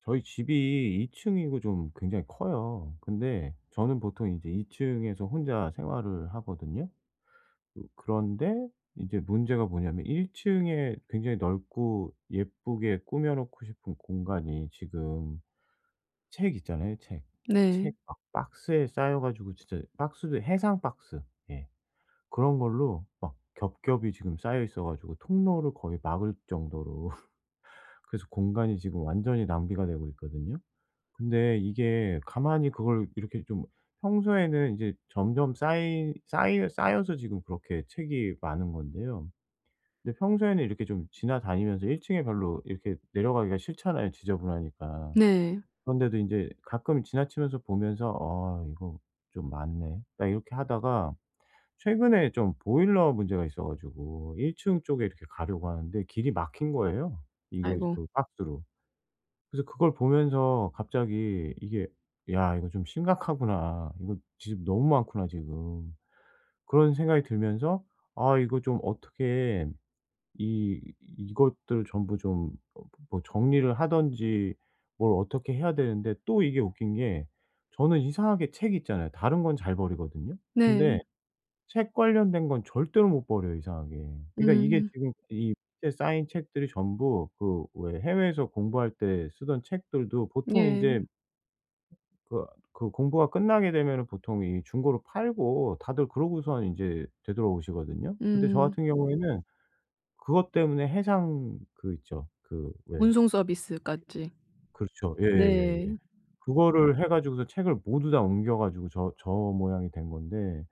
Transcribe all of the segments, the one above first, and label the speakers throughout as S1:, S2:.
S1: 저희 집이 2층이고 좀 굉장히 커요. 근데 저는 보통 이제 이제2 층에서 혼자 생활을 하거든요. 그런데 이제 문제가 뭐냐면 1 층에 굉장히 넓고 예쁘게 꾸며 놓고 싶은 공간이 지금 책 있잖아요, 책.
S2: 네.
S1: 책 막 박스에 쌓여 가지고 진짜 박스도 해상 박스, 예, 그런 걸로 막 겹겹이 지금 쌓여 있어 가지고 통로를 거의 막을 정도로 그래서 공간이 지금 완전히 낭비가 되고 있거든요. 근데 이게 가만히 그걸 이렇게 좀 평소에는 이제 점점 쌓이 쌓이 쌓여서 지금 그렇게 책이 많은 건데요. 근데 평소에는 이렇게 좀 지나다니면서 1 층에 별로 이렇게 내려가기가 싫잖아요, 지저분하니까.
S2: 네.
S1: 그런데도 이제 가끔 지나치면서 보면서 '아 이거 좀 많네.' 딱 이렇게 하다가 최근에 좀 보일러 문제가 있어 가지고 1층 쪽에 이렇게 가려고 하는데 길이 막힌 거예요, 이거
S2: 아이고.
S1: 그 박스로. 그래서 그걸 보면서 갑자기 이게 '야 이거 좀 심각하구나. 이거 지금 너무 많구나 지금.' 그런 생각이 들면서 '아 이거 좀 어떻게 이 이것들 전부 좀 어, 뭐 정리를 하든지 뭘 어떻게 해야 되는데,' 또 이게 웃긴 게, 저는 이상하게 책 있잖아요. 다른 건 잘 버리거든요. 근데
S2: 네.
S1: 책 관련된 건 절대로 못 버려요, 이상하게. 그러니까 이게
S2: 음.
S1: 지금 이 밑에 쌓인 책들이 전부 그 왜 해외에서 공부할 때 쓰던 책들도 보통
S2: 예.
S1: 인제 그 그 공부가 끝나게 되면은 보통 이 중고로 팔고 다들 그러고선 인제 되돌아오시거든요. 근데 저
S2: 음.
S1: 같은 경우에는 그것 때문에 해상 그 있죠. 그왜
S2: 운송 서비스까지.
S1: 그렇죠.
S2: 네.
S1: 예예예예. 그거를 해 가지고서 책을 모두 다 옮겨 가지고 저 모양이 된 건데,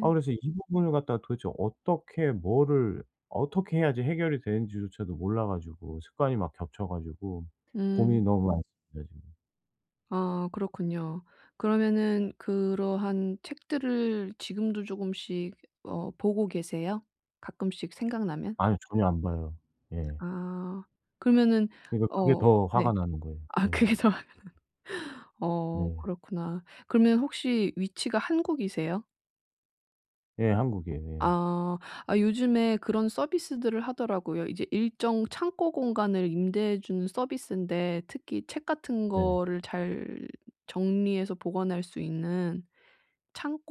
S1: 아 그래서 이 부분을 갖다가 도대체 어떻게 뭐를 어떻게 해야지 해결이 되는지조차도 몰라 가지고 습관이 막 겹쳐 가지고
S2: 음.
S1: 고민이 너무 많습니다 지금.
S2: 아, 그렇군요. 그러면은 그러한 책들을 지금도 조금씩 보고 계세요? 가끔씩 생각나면?
S1: 아니요, 전혀 안 봐요. 예.
S2: 아. 그러면은
S1: 그러니까 그게
S2: 어.
S1: 더
S2: 네.
S1: 화가 나는 거예요.
S2: 아,
S1: 예.
S2: 그게 더 어,
S1: 네.
S2: 그렇구나. 그러면 혹시 위치가 한국이세요?
S1: 예, 한국이에요.
S2: 아. 아, 요즘에 그런 서비스들을 하더라고요. 이제 일정 창고 공간을 임대해 주는 서비스인데, 특히 책 같은
S1: 예. 네.
S2: 거를 잘 정리해서 보관할 수 있는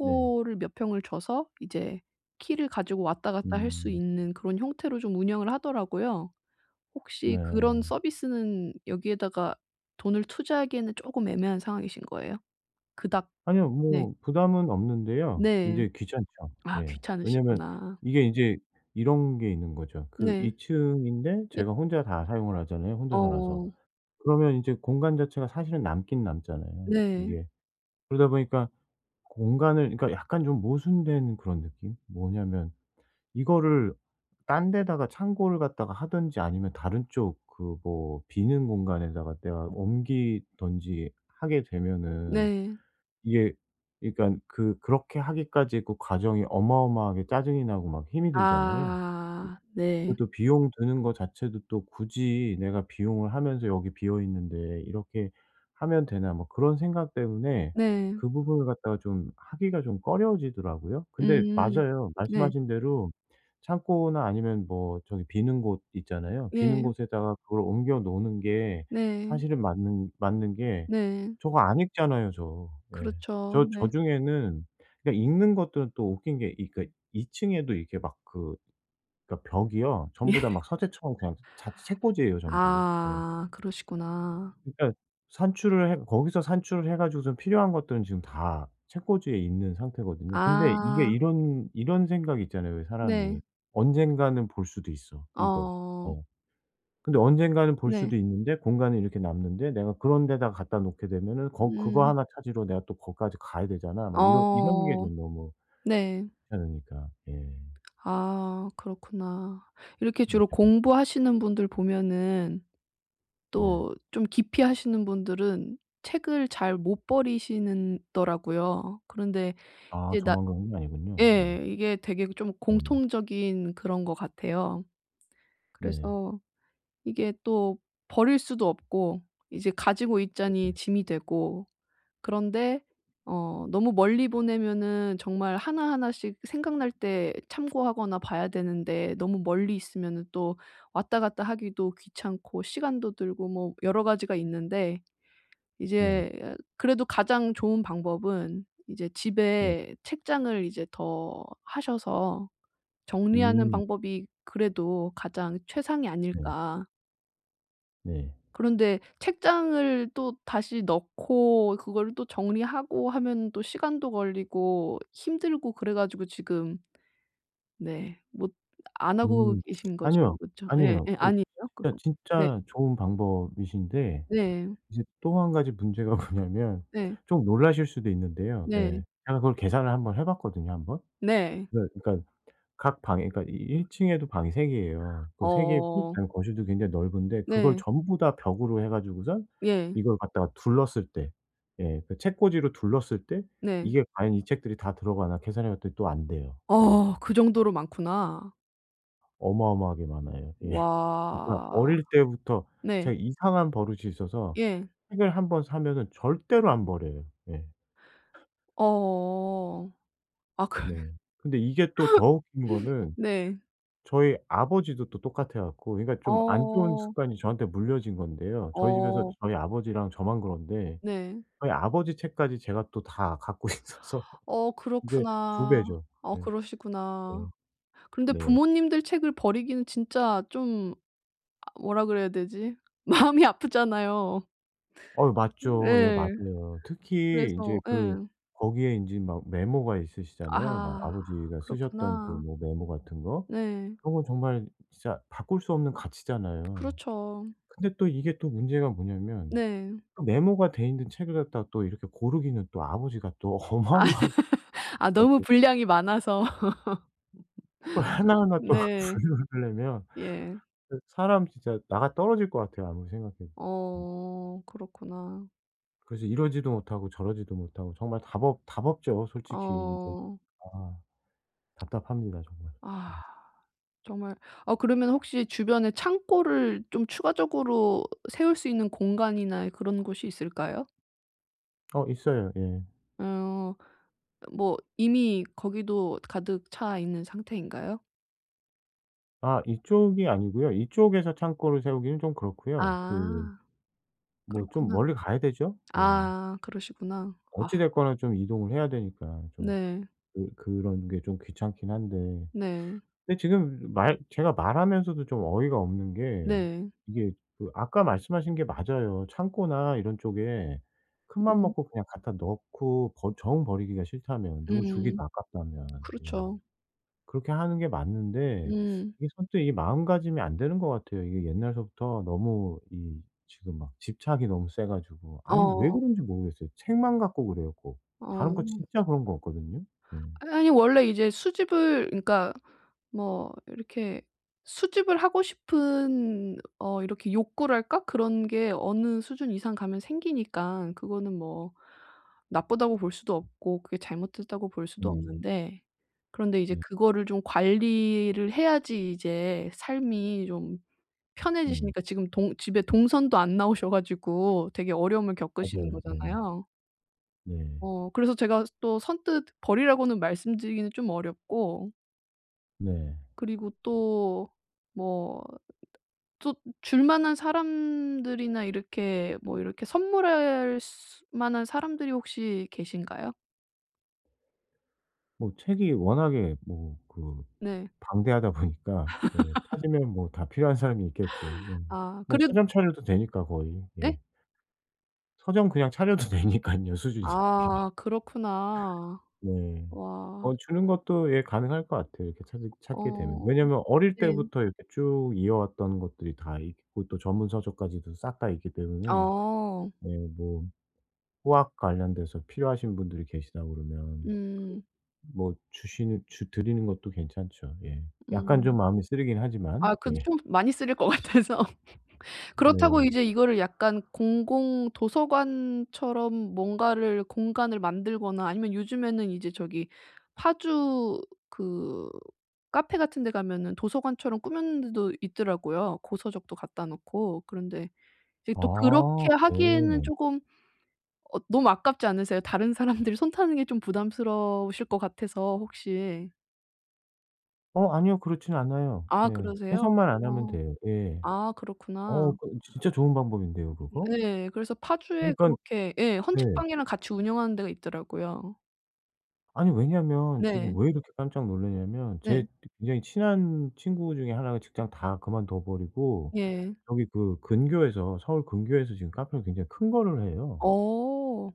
S1: 네.
S2: 몇 평을 줘서 이제 키를 가지고 왔다 갔다 할 수
S1: 음.
S2: 있는 그런 형태로 좀 운영을 하더라고요. 혹시 그런
S1: 네.
S2: 서비스는 여기에다가 돈을 투자하기에는 조금 애매한 상황이신 거예요? 그닥.
S1: 아니요,
S2: 네.
S1: 뭐 부담은 없는데요.
S2: 네.
S1: 인제 귀찮죠.
S2: 아,
S1: 예. 왜냐면
S2: 귀찮으시구나.
S1: 이게 인제 이런 게 있는 거죠. 그
S2: 네.
S1: 2 층인데
S2: 예.
S1: 제가 혼자 다 사용을 하잖아요, 혼자 살아서.
S2: 어.
S1: 그러면 인제 공간 자체가 사실은 남긴 남잖아요,
S2: 네.
S1: 이게. 그러다 보니까 공간을, 그러니까 약간 좀 모순된 그런 느낌? 뭐냐면 이거를 딴 데다가 창고를 갖다가 하든지 아니면 다른 쪽 그 뭐 비는 공간에다가 내가 옮기든지 하게 되면은
S2: 네.
S1: 이게, 그러니까 그렇게 하기까지 그 과정이 어마어마하게 짜증이 나고 막 힘이 들잖아요.
S2: 아,
S1: 그
S2: 네.
S1: 또 비용 드는 거 자체도 또 굳이 내가 비용을 하면서 여기 비어 있는데 이렇게 하면 되나, 뭐 그런 생각 때문에
S2: 네.
S1: 그 부분을 갖다가 좀 하기가 좀 꺼려지더라고요. 근데
S2: 음.
S1: 맞아요,
S2: 네.
S1: 말씀하신 대로. 창고나 아니면 뭐 저기 비는 곳 있잖아요. 비는
S2: 예.
S1: 곳에다가 그걸 옮겨 놓는 게
S2: 네.
S1: 사실은 맞는 게,
S2: 네.
S1: 저거 안 읽잖아요, 저. 예.
S2: 그렇죠.
S1: 저
S2: 네.
S1: 중에는, 그러니까 읽는 것들은 또 웃긴 게 이, 그러니까 2 층에도 이렇게 막그, 그러니까 벽이요.
S2: 예.
S1: 전부 다 막 서재처럼 그냥 자 책꽂이예요 전부. 예.
S2: 아, 그러시구나.
S1: 그러니까 산출을 해 거기서 산출을 해 가지고선 필요한 것들은 지금 다 책꽂이에 있는 상태거든요. 근데 이게
S2: 아,
S1: 이런 이런 생각이 있잖아요 왜
S2: 네.
S1: 사람이. '언젠가는 볼 수도 있어 이거.'
S2: 어,
S1: 어. 근데 언젠가는 볼
S2: 네.
S1: 수도 있는데 공간이 이렇게 남는데 내가 그런 데다가 갖다 놓게 되면은 거 그거
S2: 음.
S1: 하나 찾으러 내가 또 거기까지 가야 되잖아. 막 이런 이런 게
S2: 어,
S1: 좀 너무
S2: 네.
S1: 귀찮으니까. 예.
S2: 아, 그렇구나. 이렇게 주로 공부하시는 분들 보면은
S1: 네.
S2: 또 좀 깊이 하시는 분들은 책을 잘 못 버리시는 더라고요. 그런데
S1: 아,
S2: 이제 나,
S1: 저만 그런 게 아니군요. 예.
S2: 예. 이게 되게 좀
S1: 네네.
S2: 공통적인 그런 것 같아요.
S1: 네. 네.
S2: 그래서 이게 또 버릴 수도 없고 이제 가지고
S1: 네.
S2: 있자니 짐이 되고. 그런데 너무 멀리 보내면은 정말 하나하나씩 생각날 때 참고하거나 봐야 되는데, 너무 멀리 있으면은 또 왔다 갔다 하기도 귀찮고 시간도 들고 뭐 여러 가지가 있는데,
S1: 네.
S2: 이제 그래도 가장 좋은 방법은 이제
S1: 네.
S2: 집에 책장을 이제 더 하셔서 정리하는
S1: 음.
S2: 방법이 그래도 가장 최상이
S1: 네.
S2: 아닐까.
S1: 네.
S2: 그런데 책장을 또 다시 넣고 그거를 또 정리하고 하면 또 시간도 걸리고 힘들고 그래 가지고 지금, 네 못 안 하고
S1: 음.
S2: 계신 거죠.
S1: 아니요.
S2: 그쵸? 예.
S1: 아니에요.
S2: 예.
S1: 그
S2: 아니에요?
S1: 진짜
S2: 그거. 네.
S1: 진짜 좋은 방법이신데
S2: 네.
S1: 이제 또 한 가지 문제가 뭐냐면,
S2: 네.
S1: 좀 놀라실 수도 있는데요.
S2: 네.
S1: 예. 제가 그걸 계산을 한번 해 봤거든요, 한 번.
S2: 네.
S1: 네, 그러니까 각 방에, 그러니까 이 1 층에도 방이 3 개예요. 그 3 개고,
S2: 어.
S1: 그다음에 거실도 굉장히 넓은데 그걸
S2: 네.
S1: 전부 다 벽으로 해 가지고선
S2: 예.
S1: 이걸 갖다가 둘렀을 때, 예 그 책꽂이로 둘렀을 때,
S2: 네.
S1: 이게 과연 이 책들이 다 들어가나 계산해 봤더니 또 안 돼요. 예.
S2: 어, 그 정도로 많구나.
S1: 어마어마하게 많아요. 예. 그러니까
S2: 와.
S1: 어릴 때부터
S2: 네.
S1: 제가 이상한 버릇이 있어서
S2: 예.
S1: 책을 한번 사면은 절대로 안 버려요. 예.
S2: 어. 아그.
S1: 네. 근데 이게 또 더 웃긴 거는
S2: 네.
S1: 저희 아버지도 또 똑같아 갖고, 그러니까 좀 안 좋은
S2: 어.
S1: 습관이 저한테 물려진 건데요. 저희 집에서
S2: 어.
S1: 저희 아버지랑 저만 그런데
S2: 네.
S1: 저희 아버지 책까지 제가 또 다 갖고 있어서
S2: 어,
S1: 인제 두
S2: 그렇구나.
S1: 배죠.
S2: 어,
S1: 예.
S2: 그러시구나.
S1: 예.
S2: 그런데
S1: 네.
S2: 부모님들 책을 버리기는 진짜 좀, 아, 뭐라 그래야 되지? 마음이 아프잖아요.
S1: 어 맞죠. 예
S2: 예.
S1: 맞아요. 특히
S2: 그래서
S1: 인제
S2: 예.
S1: 그 거기에 인제 막 메모가 있으시잖아요. 막
S2: 아,
S1: 아버지가 쓰셨던 그
S2: 그렇구나.
S1: 뭐 메모 같은 거.
S2: 네.
S1: 그런 건 정말 진짜 바꿀 수 없는 가치잖아요.
S2: 그렇죠.
S1: 근데 또 이게 또 문제가 뭐냐면
S2: 네.
S1: 그 메모가 돼 있는 책을 갖다가 또 이렇게 고르기는 또 아버지가 또
S2: 아
S1: 어마어마하게,
S2: 아,
S1: 또
S2: 너무 분량이 많아서.
S1: 그걸 하나하나 또
S2: 네.
S1: 분류하려면
S2: 예.
S1: 그 사람 진짜 나가 떨어질 것 같아요 아무리 생각해도. 음.
S2: 어, 그렇구나.
S1: 그래서 이러지도 못하고 저러지도 못하고 정말 답 없죠 솔직히 이게
S2: 어.
S1: 다. 답답합니다 정말. 예.
S2: 아. 정말. 아, 그러면 혹시 주변에 창고를 좀 추가적으로 세울 수 있는 공간이나 그런 곳이 있을까요?
S1: 어 있어요. 예.
S2: 어. 뭐 이미 거기도 가득 차 있는 상태인가요?
S1: 아 이쪽이 아니고요. 이쪽에서 창고를 세우기는 좀 그렇고요. 그
S2: 아,
S1: 뭐 좀
S2: 그렇구나.
S1: 멀리 가야 되죠. 예.
S2: 아, 그러시구나. 아,
S1: 어찌 됐거나 좀 이동을 해야 되니까 좀
S2: 네.
S1: 그런 게 좀 귀찮긴 한데,
S2: 네.
S1: 근데 지금 말 제가 말하면서도 좀 어이가 없는 게
S2: 네.
S1: 이게, 그 아까 말씀하신 게 맞아요. 창고나 이런 쪽에 큰맘
S2: 음.
S1: 먹고 그냥 갖다 넣고 버 정 버리기가 싫다면 누구
S2: 음.
S1: 주기도 아깝다면. 예.
S2: 그렇죠.
S1: 그렇게 하는 게 맞는데
S2: 음.
S1: 이게 선뜻 이 마음가짐이 안 되는 것 같아요. 이게 옛날서부터 너무 이 지금 막 집착이 너무 세 가지고, 아니 왜
S2: 어.
S1: 그런지 모르겠어요. 책만 갖고 그래요 꼭. 다른 거
S2: 어.
S1: 진짜 그런 거 없거든요. 네.
S2: 아니 원래 이제 수집을, 그러니까 뭐 이렇게 수집을 하고 싶은 어, 이렇게 욕구랄까? 그런 게 어느 수준 이상 가면 생기니까 그거는 뭐 나쁘다고 볼 수도 없고 그게 잘못됐다고 볼 수도
S1: 음.
S2: 없는데, 그런데 이제
S1: 네.
S2: 그거를 좀 관리를 해야지 이제 삶이 좀
S1: 네.
S2: 편해지시니까, 지금 동 집에 동선도 안 나오셔 가지고 되게 어려움을 겪으시는
S1: 맞아요. 네.
S2: 거잖아요.
S1: 네.
S2: 어, 그래서 제가 또 선뜻 버리라고는 말씀드리기는 좀 어렵고,
S1: 네.
S2: 그리고 또 뭐 또 줄 만한 사람들이나 이렇게 뭐 이렇게 선물할 수 만한 사람들이 혹시 계신가요?
S1: 뭐 책이 워낙에 뭐 그
S2: 네.
S1: 방대하다 보니까 예 찾으면 뭐 다 필요한 사람이 있겠죠. 예.
S2: 아
S1: 뭐
S2: 그래.
S1: 서점 차려도 되니까 거의.
S2: 네?
S1: 예. 서점 그냥 차려도 되니깐요 수준이.
S2: 아, 그렇구나.
S1: 네.
S2: 와.
S1: 어 주는 것도 예 가능할 것 같아요 이렇게 찾으 찾게 되면.
S2: 어,
S1: 왜냐면 어릴
S2: 네.
S1: 때부터 이렇게 쭉 이어왔던 것들이 다 있고 또 전문 서적까지도 싹 다 있기 때문에
S2: 어.
S1: 예 뭐 후학 관련돼서 필요하신 분들이 계시다 그러면 그
S2: 음.
S1: 뭐 주시는 주 드리는 것도 괜찮죠. 예. 약간
S2: 음.
S1: 좀 마음이 쓰리긴 하지만.
S2: 아, 그래도
S1: 예.
S2: 좀 많이 쓰일 것 같아서. 그렇다고
S1: 네.
S2: 이제 이거를 약간 공공 도서관처럼 뭔가를 공간을 만들거나, 아니면 요즘에는 이제 저기 파주 그 카페 같은 데 가면은 도서관처럼 꾸미는 데도 있더라고요, 고서적도 갖다 놓고. 그런데 이제 또
S1: 아
S2: 그렇게 하기에는
S1: 네.
S2: 쪼금 어 너무 아깝지 않으세요? 다른 사람들이 손 타는 게 좀 부담스러우실 것 같아서 혹시.
S1: 어 아니요, 그렇진 않아요.
S2: 아,
S1: 예.
S2: 그러세요?
S1: 해석만 안 하면
S2: 어.
S1: 돼요. 예.
S2: 아, 그렇구나.
S1: 어 그 진짜 좋은 방법인데요 그거.
S2: 네. 그래서 파주에
S1: 그러니깐
S2: 그렇게 예
S1: 네.
S2: 헌책방이랑 같이 운영하는 데가 있더라고요.
S1: 아니 왜냐면
S2: 네.
S1: 지금 왜 이렇게 깜짝 놀랐냐면
S2: 네.
S1: 제 굉장히 친한 친구 중에 하나가 직장 다 그만둬 버리고
S2: 예.
S1: 여기 그 근교에서, 서울 근교에서 지금 카페를 굉장히 큰 거를 해요.
S2: 어.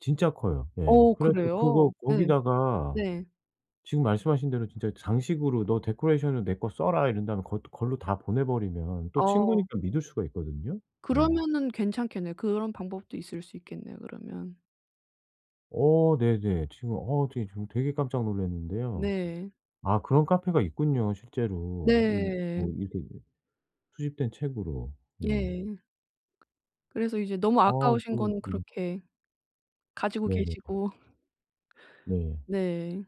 S1: 진짜 커요. 예.
S2: 어,
S1: 그래서
S2: 그래요?
S1: 그거
S2: 네.
S1: 거기다가
S2: 네.
S1: 지금 말씀하신 대로 진짜 장식으로 "너 데코레이션으로 내 거 써라." 이런 다음에 거 걸로 다 보내 버리면 또
S2: 어.
S1: 친구니까 믿을 수가 있거든요. 예.
S2: 그러면은 괜찮겠네요. 그런 방법도 있을 수 있겠네요 그러면.
S1: 어 네네. 지금 어 되게 좀 되게 깜짝 놀랐는데요.
S2: 네.
S1: 아 그런 카페가 있군요 실제로. 이 뭐
S2: 네.
S1: 이렇게 수집된 책으로. 예.
S2: 예. 그래서 이제 너무
S1: 아
S2: 아까우신
S1: 이거
S2: 건
S1: 네.
S2: 그렇게 가지고
S1: 네네.
S2: 계시고.
S1: 네.
S2: 네.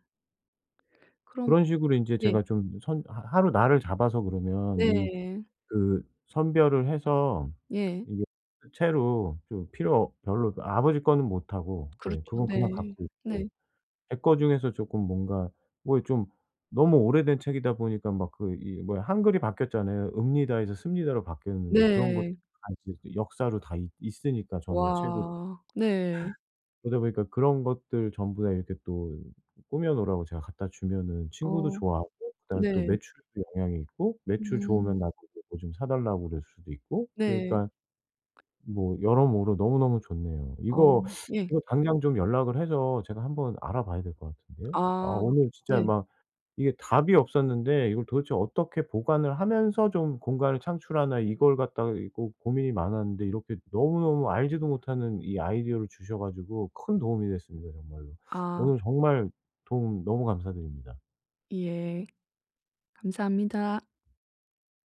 S2: 그런.
S1: 그런 식으로 인제
S2: 예.
S1: 제가 좀 선 하 하루 날을 잡아서 그러면 이,
S2: 네.
S1: 그 선별을 해서
S2: 예.
S1: 이게 체로 좀 필요 별로 아버지 거는 못 하고 예
S2: 그렇죠.
S1: 그건 그냥
S2: 네.
S1: 갖고 있고
S2: 네.
S1: 제 거 중에서 쪼끔 뭔가 뭐 좀 너무 오래된 책이다 보니까 막 그 이 뭐야 한글이 바뀌었잖아요. 읍니다에서 씁니다로 바뀌었는데 그런 것도
S2: 네.
S1: 다 이제 역사로 다 있 있으니까 저는 책으로.
S2: 와. 네.
S1: 그러다 보니까 그런 것들 전부 다 이렇게 또 꾸며 놓으라고 제가 갖다 주면은 친구도
S2: 어.
S1: 좋아하고 그다음에 또
S2: 네.
S1: 매출에도 영향이 있고 매출
S2: 음.
S1: 좋으면 나도 뭐 좀 사 달라고 그럴 수도 있고
S2: 네.
S1: 그러니까 뭐 여러모로 너무너무 좋네요.
S2: 어,
S1: 이거,
S2: 예.
S1: 이거 당장 좀 연락을 해서 제가 한번 알아봐야 될 것 같은데요. 아
S2: 아.
S1: 오늘 진짜
S2: 네.
S1: 막 이게 답이 없었는데 이걸 도대체 어떻게 보관을 하면서 좀 공간을 창출하나, 이걸 갖다가 이거 고민이 많았는데 이렇게 너무너무 알지도 못하는 이 아이디어를 주셔 가지고 큰 도움이 됐습니다 정말로.
S2: 아,
S1: 오늘 정말 도움 너무 감사드립니다.
S2: 예. 감사합니다.